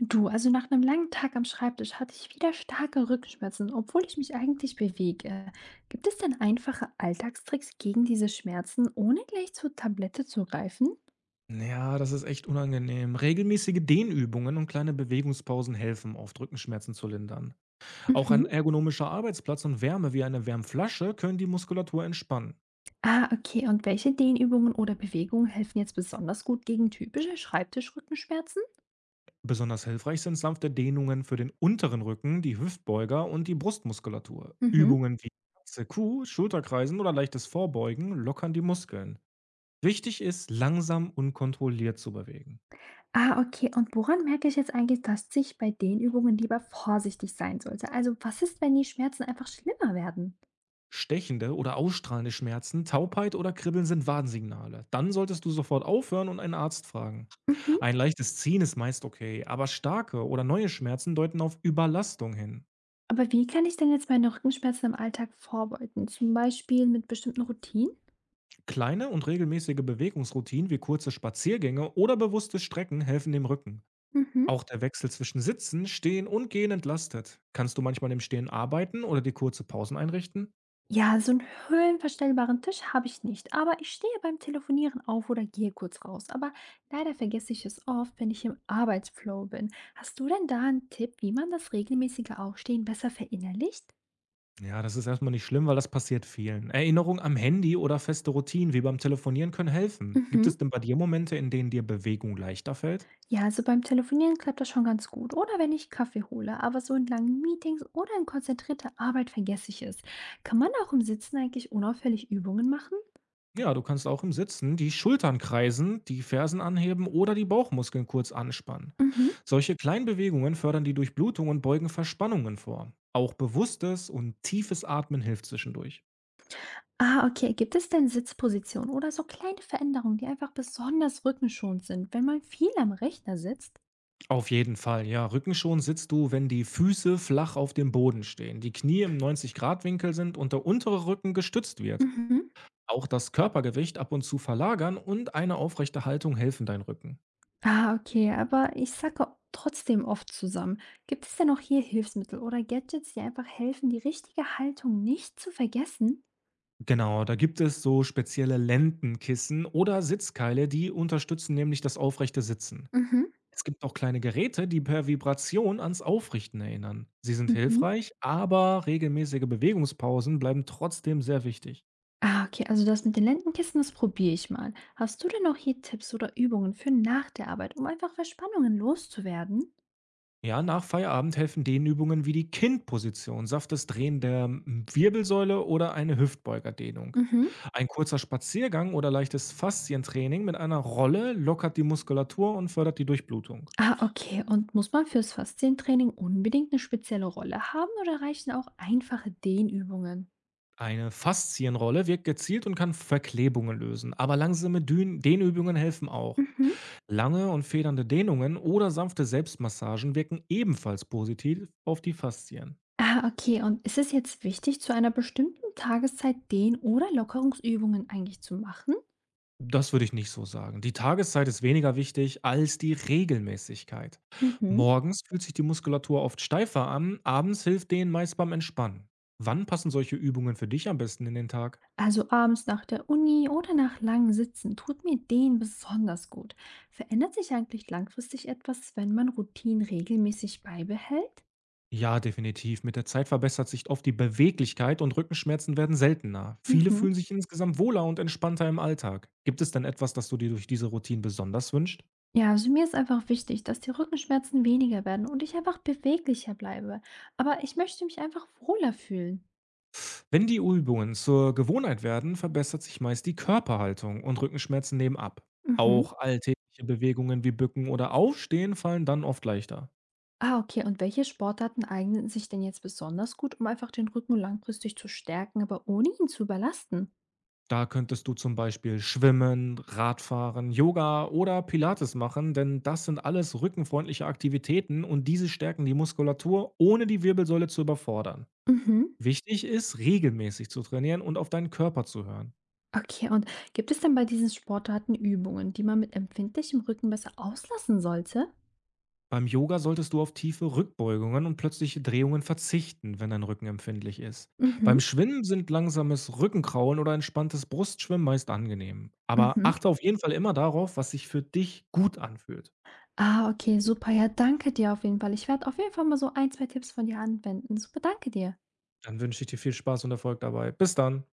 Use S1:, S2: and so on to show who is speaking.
S1: Du, also nach einem langen Tag am Schreibtisch hatte ich wieder starke Rückenschmerzen, obwohl ich mich eigentlich bewege. Gibt es denn einfache Alltagstricks gegen diese Schmerzen, ohne gleich zur Tablette zu greifen?
S2: Ja, das ist echt unangenehm. Regelmäßige Dehnübungen und kleine Bewegungspausen helfen, oft Rückenschmerzen zu lindern. Auch
S1: Mhm.
S2: ein ergonomischer Arbeitsplatz und Wärme wie eine Wärmflasche können die Muskulatur entspannen.
S1: Ah, okay. Und welche Dehnübungen oder Bewegungen helfen jetzt besonders gut gegen typische Schreibtischrückenschmerzen?
S2: Besonders hilfreich sind sanfte Dehnungen für den unteren Rücken, die Hüftbeuger und die Brustmuskulatur.
S1: Mhm.
S2: Übungen wie Katze, Kuh, Schulterkreisen oder leichtes Vorbeugen lockern die Muskeln. Wichtig ist, langsam und kontrolliert zu bewegen.
S1: Ah, okay. Und woran merke ich jetzt eigentlich, dass ich bei Dehnübungen lieber vorsichtig sein sollte? Also, was ist, wenn die Schmerzen einfach schlimmer werden?
S2: Stechende oder ausstrahlende Schmerzen, Taubheit oder Kribbeln sind Warnsignale. Dann solltest du sofort aufhören und einen Arzt fragen.
S1: Mhm.
S2: Ein leichtes Ziehen ist meist okay, aber starke oder neue Schmerzen deuten auf Überlastung hin.
S1: Aber wie kann ich denn jetzt meine Rückenschmerzen im Alltag vorbeugen? Zum Beispiel mit bestimmten Routinen?
S2: Kleine und regelmäßige Bewegungsroutinen wie kurze Spaziergänge oder bewusste Strecken helfen dem Rücken.
S1: Mhm.
S2: Auch der Wechsel zwischen Sitzen, Stehen und Gehen entlastet. Kannst du manchmal im Stehen arbeiten oder dir kurze Pausen einrichten?
S1: Ja, so einen höhenverstellbaren Tisch habe ich nicht, aber ich stehe beim Telefonieren auf oder gehe kurz raus. Aber leider vergesse ich es oft, wenn ich im Arbeitsflow bin. Hast du denn da einen Tipp, wie man das regelmäßige Aufstehen besser verinnerlicht?
S2: Ja, das ist erstmal nicht schlimm, weil das passiert vielen. Erinnerung am Handy oder feste Routinen wie beim Telefonieren können helfen. Gibt
S1: Mhm.
S2: es denn bei dir Momente, in denen dir Bewegung leichter fällt?
S1: Ja, also beim Telefonieren klappt das schon ganz gut. Oder wenn ich Kaffee hole, aber so in langen Meetings oder in konzentrierter Arbeit vergesse ich es. Kann man auch im Sitzen eigentlich unauffällig Übungen machen?
S2: Ja, du kannst auch im Sitzen die Schultern kreisen, die Fersen anheben oder die Bauchmuskeln kurz anspannen.
S1: Mhm.
S2: Solche kleinen Bewegungen fördern die Durchblutung und beugen Verspannungen vor. Auch bewusstes und tiefes Atmen hilft zwischendurch.
S1: Ah, okay. Gibt es denn Sitzpositionen oder so kleine Veränderungen, die einfach besonders rückenschonend sind, wenn man viel am Rechner sitzt?
S2: Auf jeden Fall, ja. Rückenschon sitzt du, wenn die Füße flach auf dem Boden stehen, die Knie im 90-Grad-Winkel sind und der untere Rücken gestützt wird.
S1: Mhm.
S2: Auch das Körpergewicht ab und zu verlagern und eine aufrechte Haltung helfen dein Rücken.
S1: Ah, okay. Aber ich sacke trotzdem oft zusammen. Gibt es denn auch hier Hilfsmittel oder Gadgets, die einfach helfen, die richtige Haltung nicht zu vergessen?
S2: Genau, da gibt es so spezielle Lendenkissen oder Sitzkeile, die unterstützen nämlich das aufrechte Sitzen.
S1: Mhm.
S2: Es gibt auch kleine Geräte, die per Vibration ans Aufrichten erinnern. Sie sind
S1: Mhm.
S2: hilfreich, aber regelmäßige Bewegungspausen bleiben trotzdem sehr wichtig.
S1: Ah, okay. Also das mit den Lendenkissen, das probiere ich mal. Hast du denn auch hier Tipps oder Übungen für nach der Arbeit, um einfach Verspannungen loszuwerden?
S2: Ja, nach Feierabend helfen Dehnübungen wie die Kindposition, saftes Drehen der Wirbelsäule oder eine Hüftbeugerdehnung.
S1: Mhm.
S2: Ein kurzer Spaziergang oder leichtes Faszientraining mit einer Rolle lockert die Muskulatur und fördert die Durchblutung.
S1: Ah, okay. Und muss man fürs Faszientraining unbedingt eine spezielle Rolle haben oder reichen auch einfache Dehnübungen?
S2: Eine Faszienrolle wirkt gezielt und kann Verklebungen lösen, aber langsame Dehnübungen helfen auch.
S1: Mhm.
S2: Lange und federnde Dehnungen oder sanfte Selbstmassagen wirken ebenfalls positiv auf die Faszien.
S1: Ah, okay. Und ist es jetzt wichtig, zu einer bestimmten Tageszeit Dehn oder Lockerungsübungen eigentlich zu machen?
S2: Das würde ich nicht so sagen. Die Tageszeit ist weniger wichtig als die Regelmäßigkeit.
S1: Mhm.
S2: Morgens fühlt sich die Muskulatur oft steifer an, abends hilft denen meist beim Entspannen. Wann passen solche Übungen für dich am besten in den Tag?
S1: Also abends nach der Uni oder nach langen Sitzen tut mir Dehnen besonders gut. Verändert sich eigentlich langfristig etwas, wenn man Routinen regelmäßig beibehält?
S2: Ja, definitiv. Mit der Zeit verbessert sich oft die Beweglichkeit und Rückenschmerzen werden seltener. Viele
S1: Mhm.
S2: fühlen sich insgesamt wohler und entspannter im Alltag. Gibt es denn etwas, das du dir durch diese Routine besonders wünschst?
S1: Ja, also mir ist einfach wichtig, dass die Rückenschmerzen weniger werden und ich einfach beweglicher bleibe. Aber ich möchte mich einfach wohler fühlen.
S2: Wenn die Übungen zur Gewohnheit werden, verbessert sich meist die Körperhaltung und Rückenschmerzen nehmen ab.
S1: Mhm.
S2: Auch alltägliche Bewegungen wie Bücken oder Aufstehen fallen dann oft leichter.
S1: Ah, okay. Und welche Sportarten eignen sich denn jetzt besonders gut, um einfach den Rücken langfristig zu stärken, aber ohne ihn zu überlasten?
S2: Da könntest du zum Beispiel Schwimmen, Radfahren, Yoga oder Pilates machen, denn das sind alles rückenfreundliche Aktivitäten und diese stärken die Muskulatur, ohne die Wirbelsäule zu überfordern.
S1: Mhm.
S2: Wichtig ist, regelmäßig zu trainieren und auf deinen Körper zu hören.
S1: Okay, und gibt es denn bei diesen Sportarten Übungen, die man mit empfindlichem Rücken besser auslassen sollte?
S2: Beim Yoga solltest du auf tiefe Rückbeugungen und plötzliche Drehungen verzichten, wenn dein Rücken empfindlich ist.
S1: Mhm.
S2: Beim Schwimmen sind langsames Rückenkraulen oder entspanntes Brustschwimmen meist angenehm. Aber
S1: Mhm.
S2: achte auf jeden Fall immer darauf, was sich für dich gut anfühlt.
S1: Ah, okay, super. Ja, danke dir auf jeden Fall. Ich werde auf jeden Fall mal so ein, zwei Tipps von dir anwenden. Super, danke dir.
S2: Dann wünsche ich dir viel Spaß und Erfolg dabei. Bis dann.